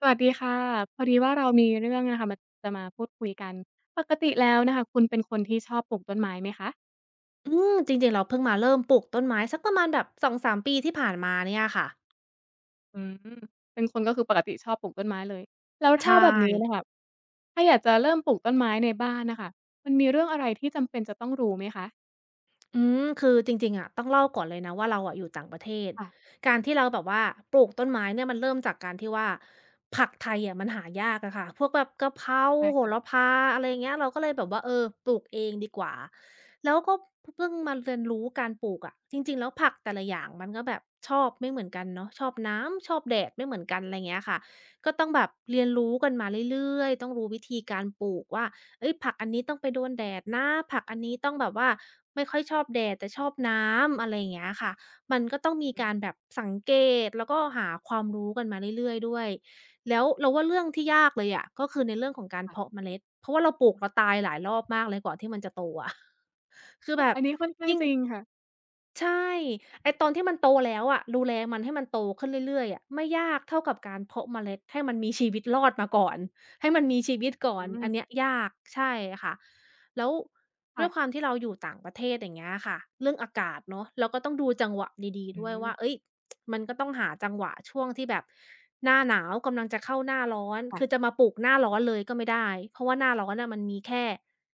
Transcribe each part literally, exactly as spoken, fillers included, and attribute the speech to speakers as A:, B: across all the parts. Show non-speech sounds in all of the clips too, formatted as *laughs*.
A: สวัสดีค่ะพอดีว่าเรามีเรื่องนะคะมาจะมาพูดคุยกันปกติแล้วนะคะคุณเป็นคนที่ชอบปลูกต้นไม้ไหมคะ
B: อืมจริงๆเราเพิ่งมาเริ่มปลูกต้นไม้สักประมาณแบบสองถึงสามปีที่ผ่านมาเนี่ยค่ะ
A: อืมเป็นคนก็คือปกติชอบปลูกต้นไม้เลยแล้วถ้า
B: ใช่
A: แบบนี้น่ะค่ะถ้าอยากจะเริ่มปลูกต้นไม้ในบ้านน่ะค่ะมันมีเรื่องอะไรที่จำเป็นจะต้องรู้ไหมคะ
B: อืมคือจริงๆอะต้องเล่าก่อนเลยนะว่าเราอะอยู่ต่างประเทศ
A: ค่ะ
B: การที่เราแบบว่าปลูกต้นไม้เนี่ยมันเริ่มจากการที่ว่าผักไทยอะมันหายากอะค่ะพวกแบบกะเพรา
A: ได้
B: โหระ
A: ค่ะ
B: พาอะไรอย่างเงี้ยเราก็เลยแบบว่าเออปลูกเองดีกว่าแล้วก็พเพิ่งมาเรียนรู้การปลูกอะจริงๆแล้วผักแต่ละอย่างมันก็แบบชอบไม่เหมือนกันเนาะชอบน้ำชอบแดดไม่เหมือนกันอะไรอย่างเงี้ยค่ะก็ต้องแบบเรียนรู้กันมาเรื่อยๆต้องรู้วิธีการปลูกว่า เอ้ยผักอันนี้ต้องไปโดนแดดนะผักอันนี้ต้องแบบว่าไม่ค่อยชอบแดดแต่ชอบน้ำอะไรอย่างเงี้ยค่ะมันก็ต้องมี
A: อื
B: การแบ
A: ม
B: บสังเกตแล้วก็หาความรู้กันมาเรื่อยๆด้วยแล้วเราว่าเรื่องที่ยากเลยอะก็คือในเรื่องของการ
A: ค่ะ
B: เพาะเมล็ดเพราะว่าเราปลูกเราตายหลายรอบมากเลยกว่าที่มันจะโตอะ *laughs* คือแบบ
A: อันนี้ค่อนข้าง
B: ยิ่ง
A: จริงค่ะ
B: ใช่ไอ้ตอนที่มันโตแล้วอะดูแลมันให้มันโตขึ้นเรื่อยๆอะไม่ยากเท่ากับการเพาะเมล็ดให้มันมีชีวิตรอดมาก่อน ให้มันมีชีวิตก่อ
A: อื
B: น
A: ม
B: อันเนี้ยยากใช่ค่ะแล้วด้วยควา
A: ค่ะ
B: มที่เราอยู่ต่างประเทศอย่างเงี้ยค่ะเรื่องอากาศเนาะเราก็ต้องดูจังหวะดีๆ
A: อื
B: ด้วย
A: ม
B: ว่าเฮ้ยมันก็ต้องหาจังหวะช่วงที่แบบหน้าหนาวกำลังจะเข้าหน้าร้อนคือ
A: ค่ะ
B: จะมาปลูกหน้าร้อนเลยก็ไม่ได้เพราะว่าหน้าร้อนน่ะมันมีแค่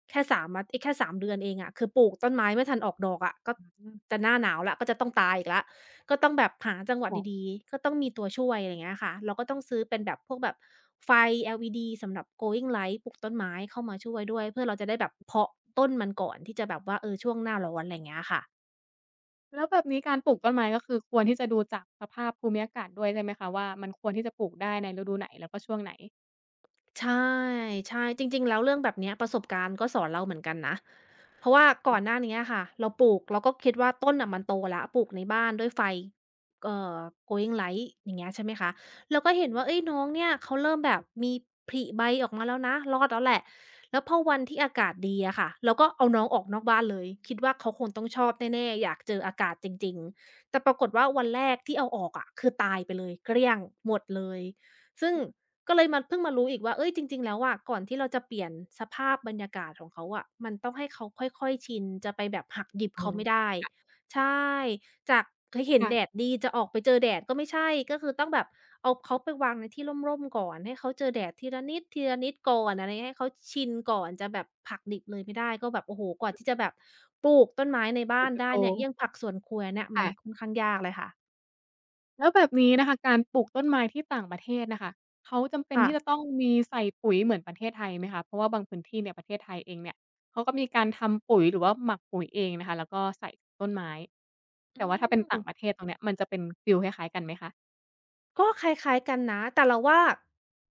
B: แค่สามอาไอีกแค่สามเดือนเองอะคือปลูกต้นไม้ไม่ทันออกดอกอะก็
A: อืม
B: จะหน้าหนาวแล้วก็จะต้องตายอีกแล้วก็ต้องแบบหาจังหวะ
A: ค่ะ
B: ดีๆก็ต้องมีตัวช่วยอะไรอย่างเงี้ยค่ะเราก็ต้องซื้อเป็นแบบพวกแบบไฟ แอล อี ดี สำหรับ Growing Light ปลูกต้นไม้เข้ามาช่วยด้วยเพื่อเราจะได้แบบเพาะต้นมันก่อนที่จะแบบว่าเออช่วงหน้าร้อนอะไรอย่างเงี้ยค่ะ
A: แล้วแบบนี้การปลูกต้นไม้ก็คือควรที่จะดูจากสภาพภูมิอากาศด้วยใช่ไหมคะว่ามันควรที่จะปลูกได้ในฤดูไหนแล้วก็ช่วงไหน
B: ใช่ใช่จริงๆแล้วเรื่องแบบเนี้ยประสบการณ์ก็สอนเราเหมือนกันนะเพราะว่าก่อนหน้าเนี้ยค่ะเราปลูกเราก็คิดว่าต้นน่ะมันโตแล้วปลูกในบ้านด้วยไฟเอ่อ Growing Light อย่างเงี้ยใช่ไหมคะเราก็เห็นว่าเฮ้ยน้องเนี่ยเขาเริ่มแบบมีผลิใบออกมาแล้วนะรอดแล้วแหละแล้วพอวันที่อากาศดีอะค่ะเราก็เอาน้องออกนอกบ้านเลยคิดว่าเขาคงต้องชอบแน่ๆอยากเจออากาศจริงๆแต่ปรากฏว่าวันแรกที่เอาออกอะคือตายไปเลยเกลี้ยงหมดเลยซึ่ง ก็เลยมาเพิ่งมารู้อีกว่าเฮ้ยจริงๆแล้วอะก่อนที่เราจะเปลี่ยนสภาพบรรยากาศของเขาอะมันต้องให้เขาค่อยๆชินจะไปแบบหักดิบ
A: อ๋
B: เขาไม่
A: อ
B: ได้ใช่จากเคยเห็นแดด
A: ค่ะ
B: ดีจะออกไปเจอแดดก็ไม่ใช่ก็คือต้องแบบเอาเขาไปวางในที่ร่มๆก่อนให้เขาเจอแดดทีละนิดทีละนิดก่อนอะไรเงี้ยให้เขาชินก่อนจะแบบหักดิบเลยไม่ได้ก็แบบโอ้โฮกว่าที่จะแบบปลูกต้นไม้ใน
A: ก
B: บ้า
A: ว่า
B: น
A: จะ
B: ได้
A: โต
B: เนี่ยเยิ่ยงผักสวนครัวเนี่ยมันค่อ
A: ค่ะ
B: นข้างยากเลยค่ะ
A: แล้วแบบนี้นะคะการปลูกต้นไม้ที่ต่างประเทศน่ะค่ะเขาจำเป็น
B: ค่ะ
A: ที่จะต้องมีใส่ปุ๋ยเหมือนประเทศไทยไหมคะเพราะว่าบางพื้นที่เนี่ยประเทศไทยเองเนี่ยเขาก็มีการทำปุ๋ยหรือว่าหมักปุ๋ยเองนะคะแล้วก็ใส่ต้นไม้
B: อื
A: แต่ว่าถ้าเป็นต่างป
B: ม
A: ระเทศตรงเนี้ยมันจะเป็นฟีลคล้ายๆกันไหมคะ
B: ก็คล้ายๆกันนะแต่เราว่า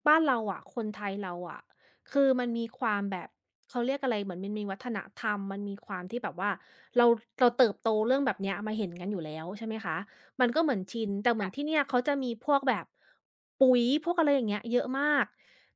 B: บ้านเราอะคนไทยเราอะคือมันมีความแบบเขาเรียกอะไรเหมือนมันมีวัฒนธรรมมันมีความที่แบบว่าเราเราเติบโตเรื่องแบบเนี้ยมาเห็นกันอยู่แล้วใช่ไหมคะมันก็เหมือนชินแต่เหมือ
A: ค่ะ
B: นที่เนี่ยเขาจะมีพวกแบบปุ๋ยพวกอะไรอย่างเงี้ยเยอะมาก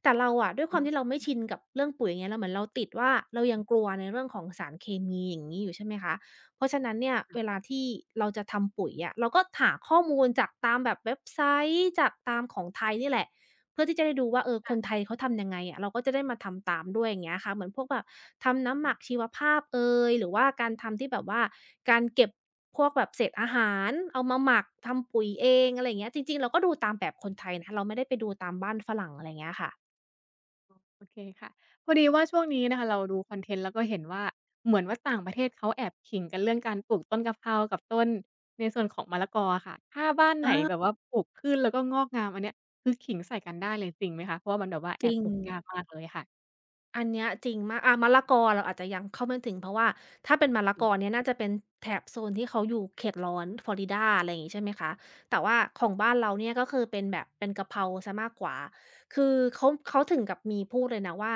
B: แต่เราอะด้วยค
A: อื
B: วาม
A: ม
B: ที่เราไม่ชินกับเรื่องปุ๋ยอย่างเงี้ยเราเหมือนเราติดว่าเรายังกลัวในเรื่องของสารเคมีอย่างงี้อยู่ใช่ไหมคะ เพราะฉะนั้นเนี่ยเวลาที่เราจะทำปุ๋ยอะเราก็หาข้อมูลจากตามแบบเว็บไซต์จากตามของไทยนี่แหละเพื่อที่จะได้ดูว่าเออคนไทยเขาทำยังไงอะเราก็จะได้มาทำตามด้วยอย่างเงี้ยค่ะเหมือนพวกแบบทำน้ำหมักชีวภาพเอยหรือว่าการทำที่แบบว่าการเก็บพวกแบบเศษอาหารเอามาหมักทำปุ๋ยเองอะไรอย่างเงี้ยจริงๆเราก็ดูตามแบบคนไทยนะเราไม่ได้ไปดูตามบ้านฝรั่งอะไรอย่างเงี้ยค่ะ
A: โอเคค่ะพอดีว่าช่วงนี้นะคะเราดูคอนเทนต์แล้วก็เห็นว่าเหมือนว่าต่างประเทศเขาแอบขิงกันเรื่องการปลูกต้นกะเพรากับต้นในส่วนของมะละกออะค่ะถ้าบ้านไหนแบบว่าปลูกขึ้นแล้วก็งอกงามอันเนี้ยคือขิงใส่กันได้เลยจริงไหมคะเพราะว่ามันแบบว่าแอ
B: จ
A: บ
B: ริง
A: ปลูกยากมากเลยค่ะ
B: อันเนี้ยจริงมากอามะละกอเราอาจจะยังเข้าไม่ถึงเพราะว่าถ้าเป็นมะละกอ
A: อื
B: เนี่ยน่าจะเป็นแถบโซนที่เขาอยู่เขตร้อนฟลอริดาอะไรอย่างงี้ใช่ไหมคะแต่ว่าของบ้านเราเนี่ยก็คือเป็นแบบเป็นกะเพราเสียมากกว่าคือเขาเขาถึงกับมีพูดเลยนะว่า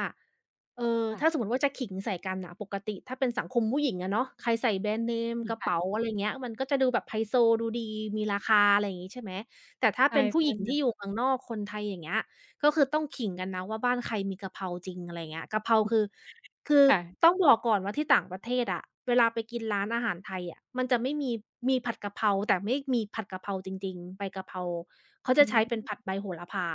B: เอ่อถ้าสม
A: ค่ะ
B: มุติว่าจะขิงใส่กันน่ะปกติถ้าเป็นสังคมผู้หญิงอะเนาะใครใส่แบรนด์เนม
A: อืม
B: กระเป๋า
A: ค่ะ
B: อะไรเงี้ยมันก็จะดูแบบไฮโซดูดีมีราคาอะไรอย่างงี้ใช่ไหมแต่ถ้า
A: ใช่
B: เป็นผู้
A: ใช่
B: หญิงที่อ
A: ค่ะ
B: ยู่เมืองนอกคนไทยอย่างเงี้ย ก็คือต้องขิงกันนะว่าบ้านใครมีกะเพราจริงอะไรเงี้ยกะเพราคือคือต้
A: ค่ะ
B: องบอกก่อนว่าที่ต่างประเทศอะเวลาไปกินร้านอาหารไทยอะมันจะไม่มีมีผัดกะเพราแต่ไม่มีผัดกะเพราจริงๆใบกะเพราเขา
A: อื
B: จะใช้เป็นผัด
A: ม
B: ใบโหระพา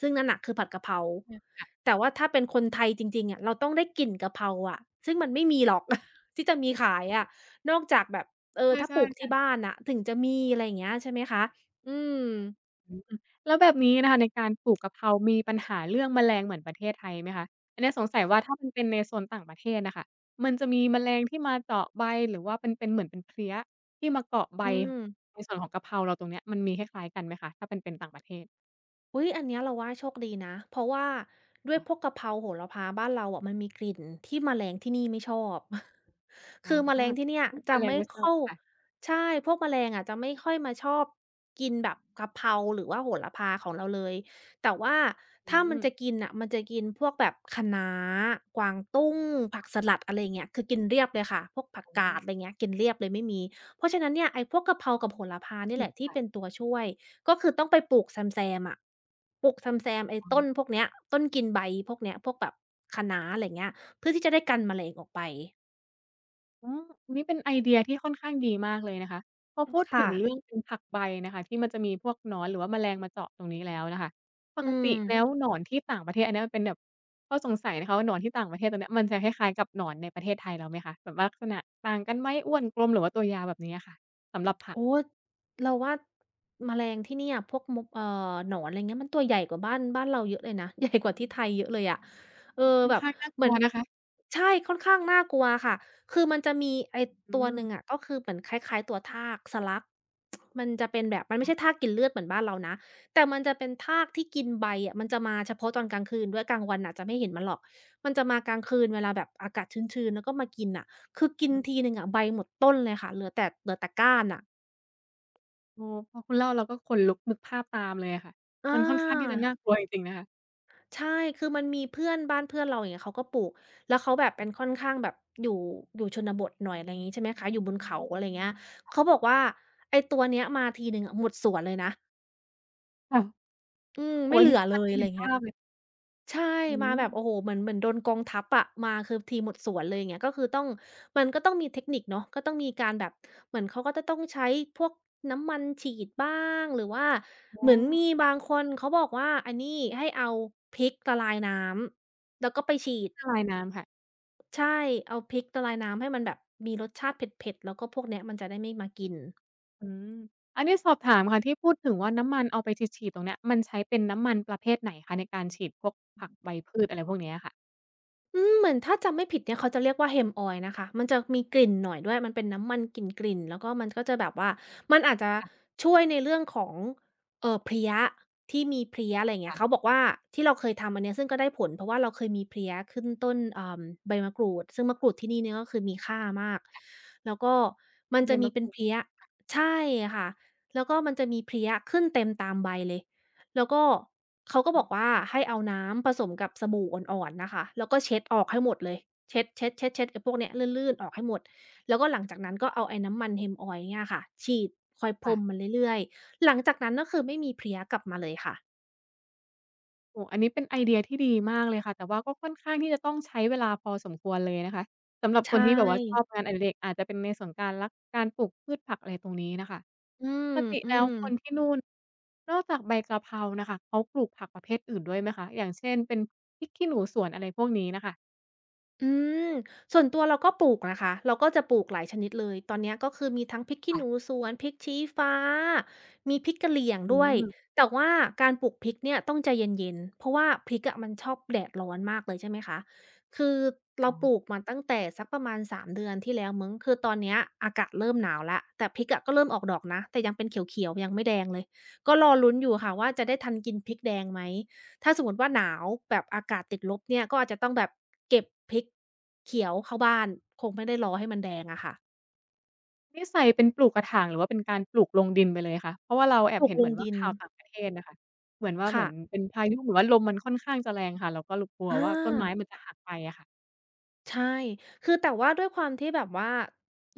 B: ซึ่งนั่นน่ะคือผัดกะเพรา
A: ค่ะ
B: แต่ว่าถ้าเป็นคนไทยจริงๆอะเราต้องได้กลิ่นกะเพราอะซึ่งมันไม่มีหรอก *laughs* ที่จะมีขายอะนอกจากแบบเออถ้าป
A: ใช่
B: ลูกที่
A: ๆ
B: บ้านน่ะถึงจะมีอะไรอย่างเงี้ยใช่ไหมคะอืม
A: อืมแล้วแบบนี้นะคะในการปลูกกะเพรามีปัญหาเรื่องแมลงเหมือนประเทศไทยไหมคะอันเนี้ยสงสัยว่าถ้ามันเป็นในโซนต่างประเทศน่ะค่ะมันจะมีแมลงที่มาเจาะใบหรือว่าเป็นเป็นเหมือนเป็นเพลี้ยที่มาเกาะใบ
B: อืม
A: ในส่วนของกะเพราเราตรงเนี้ยมันมีคล้ายๆกันไหมคะถ้าเป็นเป็นต่างประเทศ
B: อุ๊ยอันเนี้ยเราว่าโชคดีนะเพราะว่าด้วย
A: ค่ะ
B: พวกกะเพราโหระพาบ้านเราอะมันมีกลิ่นที่แมลงที่นี่ไม่ชอบ *laughs*
A: อา
B: คือแมลงที่เนี่ย
A: อุ๊ยแม
B: จะ
A: ลง
B: ไม่
A: ไม่ทราบ
B: เข้า
A: ค่ะ
B: ใช่พวกแมลงอะจะไม่ค่อยมาชอบกินแบบกะเพราหรือว่าโหระพาของเราเลยแต่ว่า
A: อื
B: ถ้ามั
A: ม
B: นจะกินอ่ะมันจะกินพวกแบบคะน้ากวางตุ้งผักสลัดอะไรเงี้ยคือกินเรียบเลยค่ะพวกผัก
A: อ
B: กาดอะไรเงี้ยกินเรียบเลยไม่มีเพราะฉะนั้นเนี่ยไอ้พวกกะเพรากับโหระพานี่
A: ื
B: แห
A: ม
B: ละที่
A: ค่ะ
B: เป็นตัวช่วย ก็คือต้องไปปลูกแซมๆอะปลูกแซมๆไอ้
A: อ๋
B: ต้นพ
A: อ
B: วกเนี้ยต้นกินใบพวกเนี้ยพวกแบบคะน้าอะไรเงี้ยเพื่อที่จะได้กันแมลงออกไป
A: อ๋อันนี้เป็นไอเดียที่ค่อนข้างดีมากเลยนะคะพอพูดถึ
B: ค่ะ
A: งเรื่องเป็นผักใบนะคะที่มันจะมีพวกหนอนหรือว่าแมลงมาเจาะตรงนี้แล้วนะคะป
B: อื
A: ก
B: ม
A: ติแล้วหนอนที่ต่างประเทศอันเนี้ยมันเป็นแบบข้อสงสัยนะคะว่าหนอนที่ต่างประเทศตรงเนี้ยมันจะคล้ายๆกับหนอนในประเทศไทยเราไหมคะแบบว่าลักษณะต่างกันไหมอ้วนกลมหรือว่าตัวยาวแบบนี้อะค่ะสำหรับผัก
B: โอ้เราว่าแมลงที่เนี่ยพวกมกเอ่อหนอนอะไรเงี้ยมันตัวใหญ่กว่าบ้านบ้านเราเยอะเลยนะ *laughs* ใหญ่กว่าที่ไทยเยอะเลยอะเออ
A: ค่อน
B: แบบ
A: ข้างน่าก
B: เหมื
A: ลั
B: อน
A: วนะคะ
B: ใช่ค่อนข้างน่ากลัวค่ะคือมันจะมีไอ้
A: อื
B: ตัว
A: ม
B: หนึ่งอะก็คือเหมือนคล้ายๆตัวทากสลักมันจะเป็นแบบมันไม่ใช่ทากกินเลือดเหมือนบ้านเรานะแต่มันจะเป็นทากที่กินใบอะมันจะมาเฉพาะตอนกลางคืนด้วยกลางวันอาจจะไม่เห็นมันหรอกมันจะมากลางคืนเวลาแบบอากาศชื้นๆแล้วก็มากินน่ะคือกิน
A: อื
B: ที
A: ม
B: หนึ่งอะใบหมดต้นเลยค่ะเหลือแต่เหลือแต่ก้านอะ
A: โอ้พอคุณเล่าเราก็ขนลุกนึกภาพตามเลยอะค่ะ
B: อ
A: มันค่อนข้างที่จะ
B: า
A: น่ากลัวจริงๆนะคะ
B: ใช่คือมันมีเพื่อนบ้านเพื่อนเราอย่างเงี้ยเขาก็ปลูกแล้วเขาแบบเป็นค่อนข้างแบบอยู่อยู่ชนบทหน่อยอะไรงี้ใช่ไหมคะอยู่บนเขาอะไรเงี้ยเขาบอกว่าไอ้ตัวเนี้ยมาทีหนึ่งอะหมดสวนเลยนะ
A: ค่ะ
B: อืม
A: โอ้
B: ไม่
A: อัน
B: เห
A: นี้
B: ลือ
A: พอ
B: เลย
A: จะ
B: อะไร
A: เห็น
B: เงี้
A: ภา
B: ย
A: พเลย
B: ใช่
A: อื
B: มา
A: ม
B: แบบโอ้โฮเหมือนเหมือนโดนกองทัพอะมาคือทีหมดสวนเลยอย่างเงี้ยก็คือต้องมันก็ต้องมีเทคนิคเนาะก็ต้องมีการแบบเหมือนเขาก็จะต้องใช้พวกน้ำมันฉีดบ้างหรือว่า
A: อ๋
B: เห
A: อ
B: มือนมีบางคนเขาบอกว่าอันนี้ให้เอาพริกละลายน้ำแล้วก็ไปฉีด
A: ที่ละลายน้ำค่ะ
B: ใช่เอาพริกละลายน้ำให้มันแบบมีรสชาติเผ็ดๆแล้วก็พวกเนี้ยมันจะได้ไม่มากิน
A: อืมอันนี้สอบถามค่ะที่พูดถึงว่าน้ำมันเอาไปฉีดๆตรงเนี้ยมันใช้เป็นน้ำมันประเภทไหนคะในการฉีดพวกผักใบพืชอะไรพวกเนี้ยค่ะ
B: อืมเหมือนถ้าจำไม่ผิดเนี่ยเขาจะเรียกว่า Hemp Oil นะคะมันจะมีกลิ่นหน่อยด้วยมันเป็นน้ำมันกลิ่นๆแล้วก็มันก็จะแบบว่ามันอาจจะ
A: ค
B: ช่วยในเรื่องของเอ่อเพลี้ยที่มีเพลี้ยอะไรอย่างเงี้
A: ่ะ
B: ยเขาบอกว่าที่เราเคยทำอันเนี้ยซึ่งก็ได้ผลเพราะว่าเราเคยมีเพลี้ยขึ้นต้นอ่าใบมะกรูดซึ่งมะกรูดที่นี่เนี่ยก็คือมีค่ามากแล้วก็มัน
A: ๆใบ
B: จะมี
A: มะก
B: เป็น
A: รูด
B: เพลี้ยใช่ค่ะแล้วก็มันจะมีเพลี้ยขึ้นเต็มตามใบเลย แล้วก็เขาก็
A: อื
B: บอ
A: ม
B: กว่าให้เอาน้ำผสมกับสบู่อ่อนๆน่ะค่ะแล้วก็เช็ดออกให้หมดเลยเช็ดๆๆๆไอ้พวกเนี้ยลื่นๆออกให้หมดแล้วก็หลังจากนั้นก็เอาไอ้น้ำมัน Hemp Oil เนี่ยค่ะฉีดคอยพร
A: ค่ะ
B: มมันเรื่อยๆหลังจากนั้นก็คือไม่มีเพลี้ยกลับมาเลยค่ะ
A: โอ้โฮอันนี้เป็นไอเดียที่ดีมากเลยค่ะแต่ว่าก็ค่อนข้างที่จะต้องใช้เวลาพอสมควรเลยนะคะสำหรับ
B: ใช
A: คนที่แบบว่าชอ
B: ่
A: บงานอดิเรกอาจจะเป็นในส่วนการลักการปลูกพืชผักอะไรตรงนี้น่ะค่ะ
B: อื
A: ปกติแล้ว
B: ม
A: คนที่
B: ๆ
A: นู่นนอกจากใบกะเพราน่ะค่ะเขาปลูกผักประเภทอื่นด้วยไหมคะอย่างเช่นเป็นพริกขี้หนูสวนอะไรพวกนี้น่ะค่ะ
B: อืมส่วนตัวเราก็ปลูกนะคะเราก็จะปลูกหลายชนิดเลยตอนเนี้ยก็คือมีทั้งพริกขี้หนู
A: ค่ะ
B: สวนพริกชี้ฟ้ามีพริกกะเหรี่ยง
A: อื
B: ด้วย
A: ม
B: แต่ว่าการปลูกพริกเนี่ยต้องใจเย็นๆเพราะว่าพริกอะมันชอบแดดร้อนมากเลยใช่ไหมคะคือเรา
A: อ๋อ
B: ปลูกมาตั้งแต่สักประมาณสามเดือนที่แล้วมั้งคือตอนเนี้ยอากาศเริ่มหนาวแล้วแต่พริกอะก็เริ่มออกดอกนะแต่ยังเป็นเขียวๆยังไม่แดงเลยก็รอลุ้นอยู่ค่ะว่าจะได้ทันกินพริกแดงไหม ถ้าสมมุติว่าหนาวแบบอากาศติดลบเนี่ยก็อาจจะต้องแบบเก็บพริกเขียวเข้าบ้านคงไม่ได้รอให้มันแดงอะค่ะ
A: นี่ใส่เป็นปลูกกระถางหรือว่าเป็นการปลูกลงดินไปเลยคะเพราะว่าเราแอ
B: ป
A: บ
B: ลูก
A: เห็น
B: ล
A: เหมื
B: ง
A: อนว่า
B: ดิน
A: ข่าวต่างประเทศน่ะค่ะเหมือนว่าเหมื
B: ค่ะ
A: อนเป็นพายุหรือว่าลมมันค่อนข้างจะแรงค่ะเราก็ลกลัว
B: อ
A: ว่าต้นไม้
B: า
A: มันจะหักไปอะค่ะ
B: ใช่คือแต่ว่าด้วยความที่แบบว่า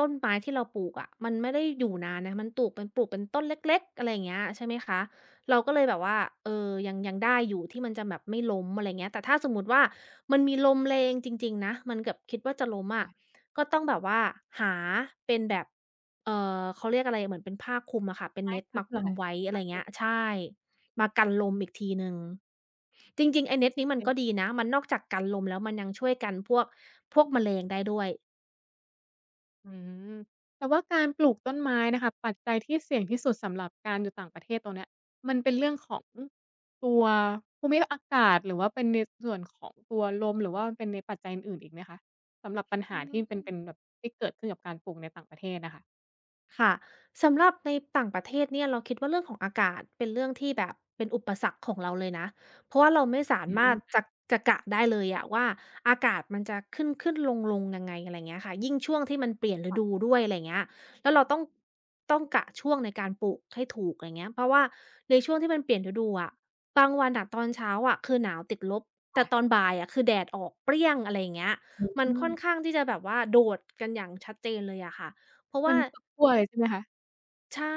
B: ต้นไม้ที่เราปลูกอะมันไม่ได้อยู่นานนะมันปลูกเป็นปลูกเป็นต้นเล็กๆอะไรอย่างเงี้ยใช่ไหมคะเราก็เลยแบบว่าเออยังยังได้อยู่ที่มันจะแบบไม่ล้มอะไรเงี้ยแต่ถ้าสมมุติว่ามันมีลมแรงจริงๆนะมันแบบคิดว่าจะล้มอะก็ต้องแบบว่าหาเป็นแบบเอ่อเขาเรียกอะไรเหมือนเป็นผ้าคลุมอะค่ะเป็น
A: ไม้
B: เน็ตมา
A: ค้ำเห
B: ค
A: ร
B: ลุ
A: อ
B: มไว้อะไร
A: คะโอ
B: เงี้ยใช่มากันลมอีกทีหนึ่ง จริงๆไอ้เน็ตนี้มันก็
A: เค
B: ดีนะ มันนอกจากกันลมแล้วมันยังช่วยกันพวกพวกแมลงได้ด้วย
A: อืมแต่ว่าการปลูกต้นไม้น่ะค่ะปัจจัยที่เสี่ยงที่สุดสำหรับการอยู่ต่างประเทศตรงเนี้ยมันเป็นเรื่องของตัวภูมิอากาศหรือว่าเป็นในส่วนของตัวลมหรือว่ามันเป็นในปัจจัยอื่นๆอีกไหมคะสำหรับปัญหา
B: อื
A: ที่เป็น
B: ม
A: เป็นแบบที่เกิดขึ้นกับการปลูกในต่างประเทศน่ะค่ะ
B: ค่ะสำหรับในต่างประเทศเนี่ยเราคิดว่าเรื่องของอากาศเป็นเรื่องที่แบบเป็นอุปสรรคของเราเลยนะเพราะว่าเราไม่สา
A: อื
B: มารถ
A: ม
B: จะจะกะได้เลยอะว่าอากาศมันจะขึ้นขึ้นลงลงยังไงอะไรเงี้ยค่ะยิ่งช่วงที่มันเปลี่ยนฤดูด้วยอะไรเงี้ยแล้วเราต้องต้องกะช่วงในการปลูกให้ถูกอะไรเงี้ยเพราะว่าในช่วงที่มันเปลี่ยนฤดูอะบางวันอะตอนเช้าอะคือหนาวติดลบแต่ตอน
A: ค่ะ
B: บ่ายอะคือแดดออกเปรี้ยงอะไรเงี้ย
A: อ
B: มัน
A: ืม
B: ค่อนข้างที่จะแบบว่าโดดกันอย่างชัดเจนเลยอะค่ะเพราะ
A: มั
B: ว่า
A: นคัวเลยใช่ไหมคะ
B: ใช่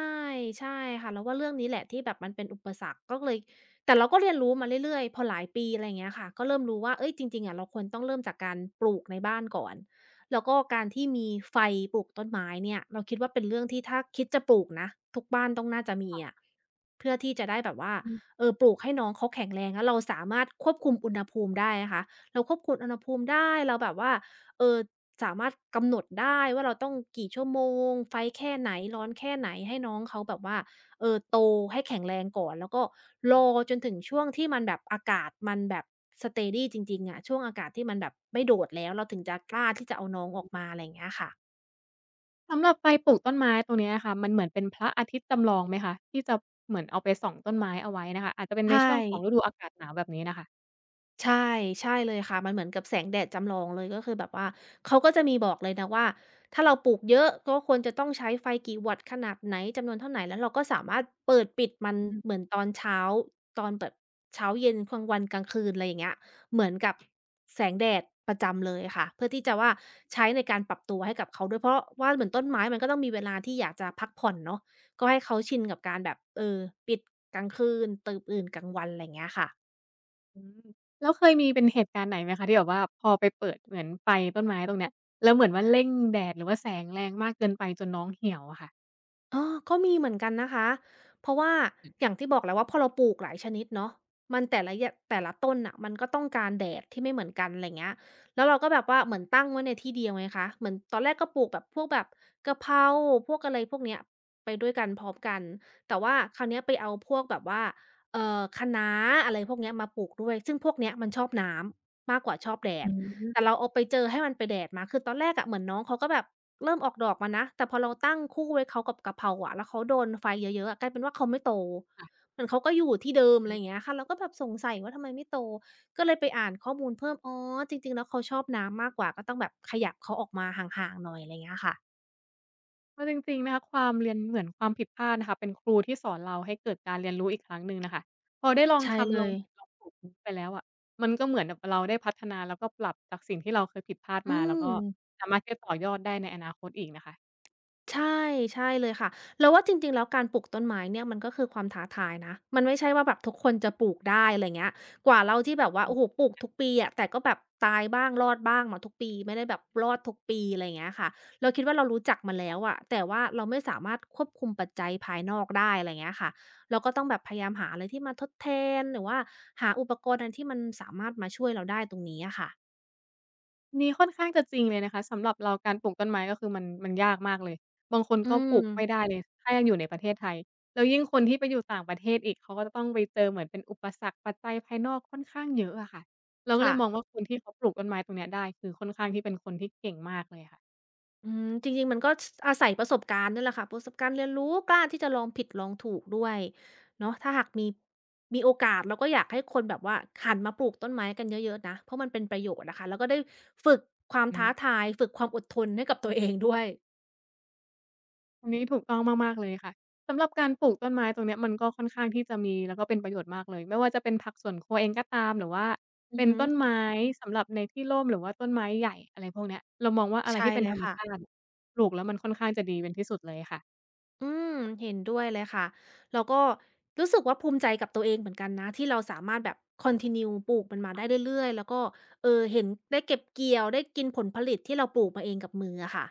B: ใช่ค่ะเราว่าเรื่องนี้แหละที่แบบมันเป็นอุปสรรคก็เลยแต่เราก็เรียนรู้มาเรื่อยๆพอหลายปีอะไรอย่างเงี้ยค่ะก็เริ่มรู้ว่าเฮ้ยจริงๆอะเราควรต้องเริ่มจากการปลูกในบ้านก่อนแล้วก็การที่มีไฟปลูกต้นไม้เนี่ยเราคิดว่าเป็นเรื่องที่ถ้าคิดจะปลูกนะทุกบ้านต้องน่าจะมีอะเพื่อที่จะได้แบบว่า
A: อืม
B: เออปลูกให้น้องเขาแข็งแรงแล้วเราสามารถควบคุมอุณหภูมิได้นะคะเราควบคุมอุณหภูมิได้เราแบบว่าเอ่อ สามารถกำหนดได้ว่าเราต้องกี่ชั่วโมงไฟแค่ไหนร้อนแค่ไหนให้น้องเขาแบบว่าเออโตให้แข็งแรงก่อนแล้วก็รอจนถึงช่วงที่มันแบบอากาศมันแบบ steady จริงๆอะช่วงอากาศที่มันแบบไม่โดดแล้วเราถึงจะกล้าที่จะเอาน้องออกมาอะไรอย่างเงี้ยค่ะ
A: สำหรับไฟปลูกต้นไม้ตรงเนี้ยค่ะมันเหมือนเป็นพระอาทิตย์จำลองไหมคะที่จะเหมือนเอาไปส่องต้นไม้เอาไว้น่ะค่ะอาจจะเป็นใน
B: ใช่
A: ช่วงของฤดูอากาศหนาวแบบนี้น่ะค่ะ
B: ใช่ใช่เลยค่ะมันเหมือนกับแสงแดดจำลองเลยก็คือแบบว่าเขาก็จะมีบอกเลยนะว่าถ้าเราปลูกเยอะก็ควรจะต้องใช้ไฟกี่วัตต์ขนาดไหนจำนวนเท่าไหนแล้วเราก็สามารถเปิดปิดมัน
A: อื
B: เหมื
A: ม
B: อนตอนเช้าตอนแบบเช้าเย็นกลางวันกลางคืนอะไรอย่างเงี้ยเหมือนกับแสงแดดประจำเลยค่ะเพื่อที่จะว่าใช้ในการปรับตัวให้กับเขาด้วยเพราะว่าเหมือนต้นไม้มันก็ต้องมีเวลาที่อยากจะพักผ่อนเนาะก็ให้เขาชินกับการแบบเออปิดกลางคืนตื่นกลางวันอะไรอย่างเงี้ยค่ะ
A: อืมแล้วเคยมีเป็นเหตุการณ์ไหนไหมคะที่แบบว่าพอไปเปิดเหมือนไฟต้นไม้ตรงเนี้ยแล้วเหมือนว่าเร่งแดดหรือว่าแสงแรงมากเกินไปจนน้องเหี่ยวอะค่ะ
B: เออก็มีเหมือนกันนะคะ เพราะว่าอย่างที่บอกแหละว่าพอเราปลูกหลายชนิดเนาะมันแต่ละยแต่ละต้นน่ะมันก็ต้องการแดดที่ไม่เหมือนกันไรเงี้ยแล้วเราก็แบบว่าเหมือนตั้งไว้ในที่เดียวไงคะเหมือนตอนแรกก็ปลูกแบบพวกแบบกะเพราพวกอะไรพวกเนี้ยไปด้วยกันพร้อมกันแต่ว่าคราวเนี้ยไปเอาพวกแบบว่าเอ่อคะน้าอะไรพวกเนี้ยมาปลูกด้วยซึ่งพวกเนี้ยมันชอบน้ำมากกว่าชอบแด
A: อื
B: ดแต่
A: ม
B: เราเอาไปเจอให้มันไปแดดมาคือตอนแรกอะเหมือนน้องเขาก็แบบ เริ่มออกดอกมานะ แต่พอเราตั้งคู่ไว้เขากับกะเพราอะแล้วเขาโดนไฟเยอะๆอะกลายเป็นว่าเขาไม่โตเหมือนเขาก็อยู่ที่เดิมอะไรอย่างเงี้ยค่ะเราก็แบบสงสัยว่าทำไมไม่โต ก็เลยไปอ่านข้อมูลเพิ่มอ๋อจริงๆแล้วเขาชอบน้ำมากกว่า ก็ต้องแบบขยับเขาออกมาห่างๆหน่อยอะไรอย่างเงี้ยค่ะ
A: เอาจริงๆนะคะความเรียนเหมือนความผิดพลาดนะคะเป็นครูที่สอนเราให้เกิดการเรียนรู้อีกครั้งหนึ่งน่ะค่ะพอได้ลอง
B: ใช่เล
A: ทำลอง
B: ย
A: ผิดลองถูกนี้ไปแล้วอะมันก็เหมือนแบบเราได้พัฒนาแล้วก็ปรับจากสิ่งที่เราเคยผิดพลาด
B: อื
A: มาแล้วก็
B: ม
A: สามารถที่จะต่อยอดได้ในอนาคตอีกนะคะ
B: ใช่ใช่เลยค่ะเราว่าจริงๆแล้วการปลูกต้นไม้เนี่ยมันก็คือความท้าทายนะมันไม่ใช่ว่าแบบทุกคนจะปลูกได้อะไรเงี้ยกว่าเราที่แบบว่าโอ้โฮปลูกทุกปีอะแต่ก็แบบตายบ้างรอดบ้างมดทุกปีไม่ได้แบบรอดทุกปีอะไรเงี้ยค่ะเราคิดว่าเรารู้จักมันแล้วอะแต่ว่าเราไม่สามารถควบคุมปัจจัยภายนอกได้อะไรเงี้ยค่ะเราก็ต้องแบบพยายามหาอะไรที่มาทดแทนหรือว่าหาอุปกรณ์อันที่มันสามารถมาช่วยเราได้ตรงนี้อะค่ะ
A: นี่ค่อนข้างจะจริงเลยนะคะสำหรับเราการปลูกต้นไม้ก็คือมันมันยากมากเลยบางคน
B: อื
A: ก็ปลูก
B: ม
A: ไม่ได้เลยถ้ายังอยู่ในประเทศไทยแล้วยิ่งคนที่ไปอยู่ต่างประเทศอีกเขาก็จะต้องไปเจอเหมือนเป็นอุปสรรคปัจจัยภายนอกค่อนข้างเยอะอะค่ะเราก็เล
B: ค่ะ
A: ยมองว่าคนที่เขาปลูกต้นไม้ตรงเนี้ยได้คือค่อนข้างที่เป็นคนที่เก่งมากเลยค่ะ
B: อืมจริงๆมันก็สอาศัยประสบการณ์นี่ยแหละค่ะประสบการณ์เรียนรู้กล้าที่จะลองผิดลองถูกด้วยเนาะถ้าหากมีมีโอกาสเราก็อยากให้คนแบบว่าหันมาปลูกต้นไม้กันเยอะๆนะเพราะมันเป็นประโยชน์อะค่ะแล้วก็ได้ฝึกความ
A: อื
B: ท้า
A: ม
B: ทายฝึกความอดทนให้กับตัวเองด้วย
A: ตรงนี้ถูกต้องมากๆเลยค่ะสำหรับการปลูกต้นไม้ตรงเนี้ยมันก็ค่อนข้างที่จะมีแล้วก็เป็นประโยชน์มากเลยไม่ว่าจะเป็นผักสวนครัวเองก็ตามหรือว่า
B: อือ
A: เป็น
B: ฮึ
A: ต้นไม้สำหรับในที่ร่มหรือว่าต้นไม้ใหญ่อะไรพวกเนี้ยเรามองว่าอะไร
B: ใช่
A: ที่เป็น
B: เล
A: ธ
B: ย
A: รรม
B: ค่ะ
A: ชาติปลูกแล้วมันค่อนข้างจะดีเป็นที่สุดเลยค่ะ
B: อืมเห็นด้วยเลยค่ะแล้วก็รู้สึกว่าภูมิใจกับตัวเองเหมือนกันนะที่เราสามารถแบบคอนทินิวปลูกมันมาได้เรื่อยๆแล้วก็เอ่อเห็นได้เก็บเกี่ยวได้กินผลผลิตที่เราปลูกมาเองกับมืออะค่ะ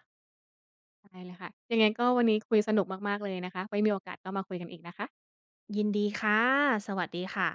A: ใช่เลยค่ะยังไงก็วันนี้คุยสนุกมากๆเลยนะคะไว้มีโอกาสก็มาคุยกันอีกนะคะ
B: ยินดีค่ะ สวัสดีค่ะ